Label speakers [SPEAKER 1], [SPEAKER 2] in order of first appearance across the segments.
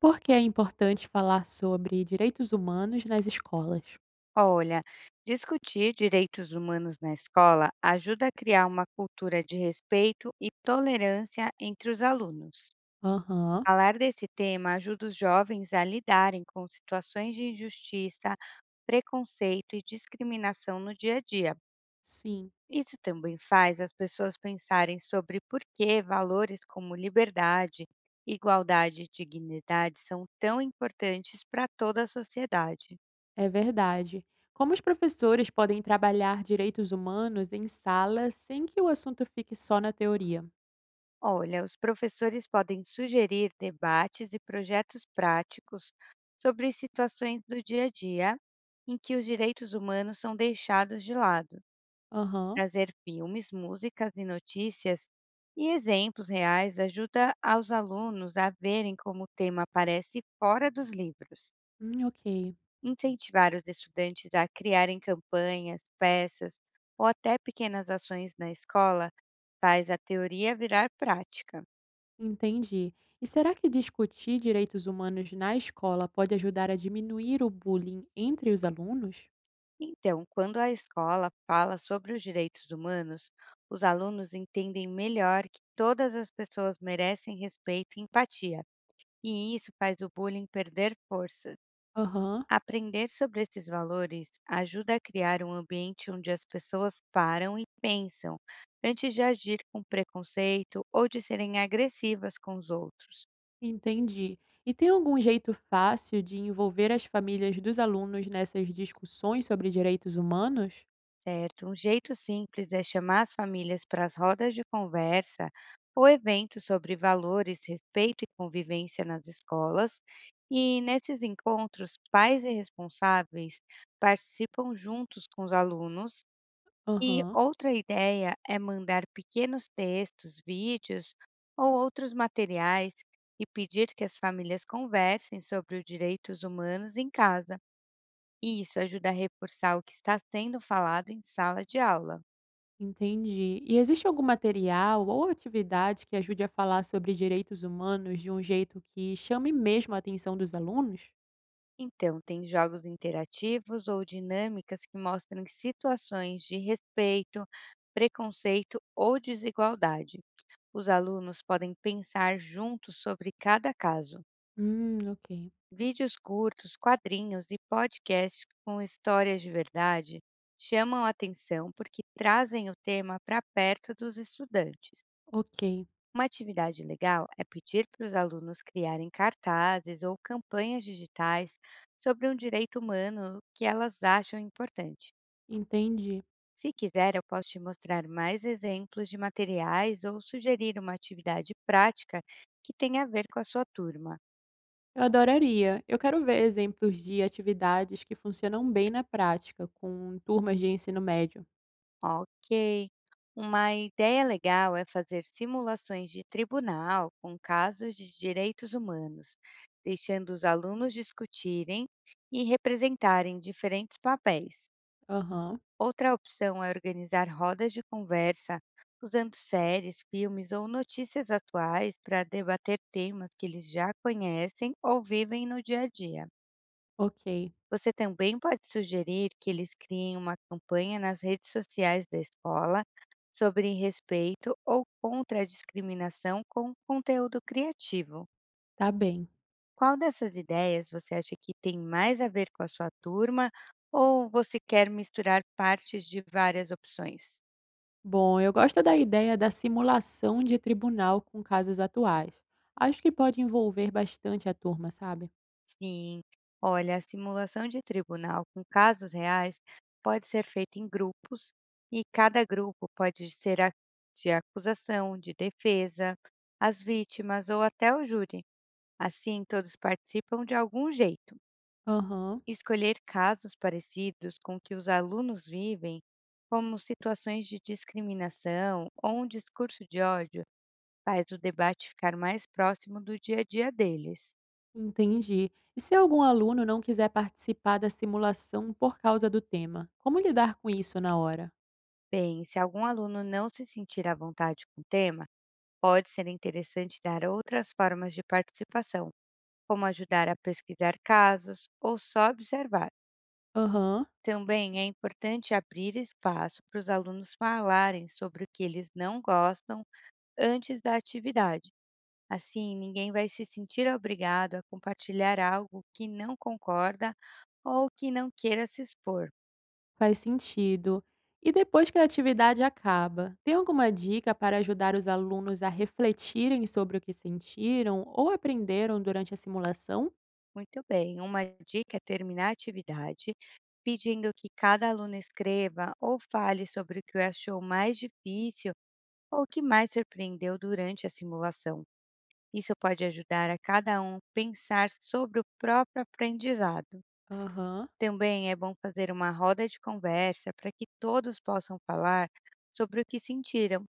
[SPEAKER 1] Por que é importante falar sobre direitos humanos nas escolas?
[SPEAKER 2] Olha, discutir direitos humanos na escola ajuda a criar uma cultura de respeito e tolerância entre os alunos.
[SPEAKER 1] Aham,
[SPEAKER 2] Falar desse tema ajuda os jovens a lidarem com situações de injustiça, preconceito e discriminação no dia a dia.
[SPEAKER 1] sim,
[SPEAKER 2] Isso também faz as pessoas pensarem sobre por que valores como liberdade, igualdade e dignidade são tão importantes para toda a sociedade.
[SPEAKER 1] é verdade. Como os professores podem trabalhar direitos humanos em sala sem que o assunto fique só na teoria?
[SPEAKER 2] Olha, os professores podem sugerir debates e projetos práticos sobre situações do dia a dia em que os direitos humanos são deixados de lado.
[SPEAKER 1] Aham,
[SPEAKER 2] Trazer filmes, músicas e notícias e exemplos reais ajuda aos alunos a verem como o tema aparece fora dos livros.
[SPEAKER 1] ok,
[SPEAKER 2] Incentivar os estudantes a criarem campanhas, peças ou até pequenas ações na escola faz a teoria virar prática.
[SPEAKER 1] entendi. E será que discutir direitos humanos na escola pode ajudar a diminuir o bullying entre os alunos?
[SPEAKER 2] Então, quando a escola fala sobre os direitos humanos, os alunos entendem melhor que todas as pessoas merecem respeito e empatia, e isso faz o bullying perder força.
[SPEAKER 1] Aham.
[SPEAKER 2] Aprender sobre esses valores ajuda a criar um ambiente onde as pessoas param e pensam antes de agir com preconceito ou de serem agressivas com os outros.
[SPEAKER 1] Entendi. E tem algum jeito fácil de envolver as famílias dos alunos nessas discussões sobre direitos humanos?
[SPEAKER 2] Certo. Um jeito simples é chamar as famílias para as rodas de conversa ou eventos sobre valores, respeito e convivência nas escolas. E nesses encontros, pais e responsáveis participam juntos com os alunos. E
[SPEAKER 1] Aham,
[SPEAKER 2] outra ideia é mandar pequenos textos, vídeos ou outros materiais e pedir que as famílias conversem sobre os direitos humanos em casa. E isso ajuda a reforçar o que está sendo falado em sala de aula.
[SPEAKER 1] entendi. E existe algum material ou atividade que ajude a falar sobre direitos humanos de um jeito que chame mesmo a atenção dos alunos?
[SPEAKER 2] Então, tem jogos interativos ou dinâmicas que mostram situações de respeito, preconceito ou desigualdade. Os alunos podem pensar juntos sobre cada caso.
[SPEAKER 1] Ok.
[SPEAKER 2] Vídeos curtos, quadrinhos e podcasts com histórias de verdade chamam a atenção porque trazem o tema para perto dos estudantes.
[SPEAKER 1] Ok,
[SPEAKER 2] Uma atividade legal é pedir para os alunos criarem cartazes ou campanhas digitais sobre um direito humano que elas acham importante.
[SPEAKER 1] entendi.
[SPEAKER 2] Se quiser, eu posso te mostrar mais exemplos de materiais ou sugerir uma atividade prática que tenha a ver com a sua turma.
[SPEAKER 1] Eu adoraria. Eu quero ver exemplos de atividades que funcionam bem na prática, com turmas de ensino médio.
[SPEAKER 2] Ok. Uma ideia legal é fazer simulações de tribunal com casos de direitos humanos, deixando os alunos discutirem e representarem diferentes papéis.
[SPEAKER 1] Aham,
[SPEAKER 2] Outra opção é organizar rodas de conversa usando séries, filmes ou notícias atuais para debater temas que eles já conhecem ou vivem no dia a dia.
[SPEAKER 1] ok.
[SPEAKER 2] Você também pode sugerir que eles criem uma campanha nas redes sociais da escola sobre respeito ou contra a discriminação com conteúdo criativo.
[SPEAKER 1] Tá bem.
[SPEAKER 2] Qual dessas ideias você acha que tem mais a ver com a sua turma ou você quer misturar partes de várias opções?
[SPEAKER 1] Bom, eu gosto da ideia da simulação de tribunal com casos atuais. Acho que pode envolver bastante a turma, sabe?
[SPEAKER 2] Sim, olha, a simulação de tribunal com casos reais pode ser feita em grupos e cada grupo pode ser de acusação, de defesa, as vítimas ou até o júri. Assim, todos participam de algum jeito.
[SPEAKER 1] Aham,
[SPEAKER 2] Escolher casos parecidos com o que os alunos vivem, como situações de discriminação ou um discurso de ódio, faz o debate ficar mais próximo do dia a dia deles.
[SPEAKER 1] entendi. E se algum aluno não quiser participar da simulação por causa do tema, como lidar com isso na hora?
[SPEAKER 2] Bem, se algum aluno não se sentir à vontade com o tema, pode ser interessante dar outras formas de participação, como ajudar a pesquisar casos ou só observar.
[SPEAKER 1] Aham,
[SPEAKER 2] Também é importante abrir espaço para os alunos falarem sobre o que eles não gostam antes da atividade. Assim, ninguém vai se sentir obrigado a compartilhar algo que não concorda ou que não queira se expor.
[SPEAKER 1] faz sentido. E depois que a atividade acaba, tem alguma dica para ajudar os alunos a refletirem sobre o que sentiram ou aprenderam durante a simulação?
[SPEAKER 2] Muito bem, uma dica é terminar a atividade pedindo que cada aluno escreva ou fale sobre o que achou mais difícil ou o que mais surpreendeu durante a simulação. Isso pode ajudar a cada um pensar sobre o próprio aprendizado.
[SPEAKER 1] Aham.
[SPEAKER 2] Também é bom fazer uma roda de conversa para que todos possam falar sobre o que sentiram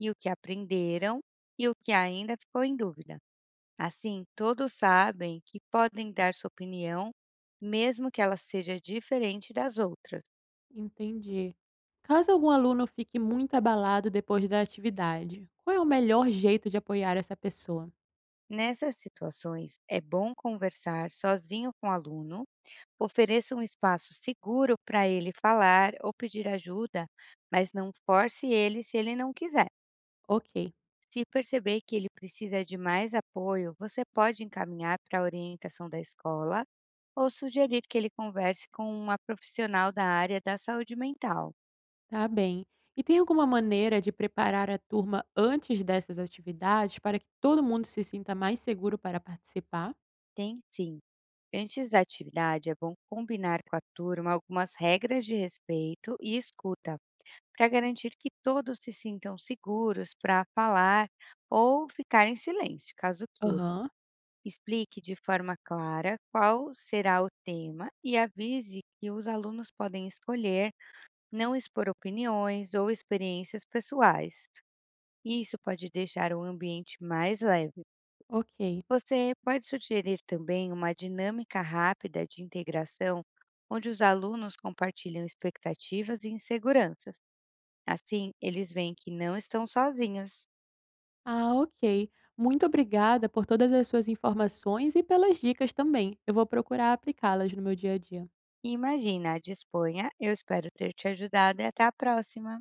[SPEAKER 2] e o que aprenderam e o que ainda ficou em dúvida. Assim, todos sabem que podem dar sua opinião, mesmo que ela seja diferente das outras.
[SPEAKER 1] Entendi. Caso algum aluno fique muito abalado depois da atividade, qual é o melhor jeito de apoiar essa pessoa?
[SPEAKER 2] Nessas situações, é bom conversar sozinho com o aluno, ofereça um espaço seguro para ele falar ou pedir ajuda, mas não force ele se ele não quiser.
[SPEAKER 1] Ok,
[SPEAKER 2] Se perceber que ele precisa de mais apoio, você pode encaminhar para a orientação da escola ou sugerir que ele converse com uma profissional da área da saúde mental.
[SPEAKER 1] tá bem. E tem alguma maneira de preparar a turma antes dessas atividades para que todo mundo se sinta mais seguro para participar?
[SPEAKER 2] Tem sim. Antes da atividade, é bom combinar com a turma algumas regras de respeito e escuta, para garantir que todos se sintam seguros para falar ou ficar em silêncio, caso queiram.
[SPEAKER 1] Aham,
[SPEAKER 2] Explique de forma clara qual será o tema e avise que os alunos podem escolher não expor opiniões ou experiências pessoais. Isso pode deixar o ambiente mais leve.
[SPEAKER 1] ok.
[SPEAKER 2] Você pode sugerir também uma dinâmica rápida de integração, onde os alunos compartilham expectativas e inseguranças. Assim, eles veem que não estão sozinhos.
[SPEAKER 1] Ah, ok. Muito obrigada por todas as suas informações e pelas dicas também. Eu vou procurar aplicá-las no meu dia a dia.
[SPEAKER 2] Imagina, disponha, eu espero ter te ajudado e até a próxima!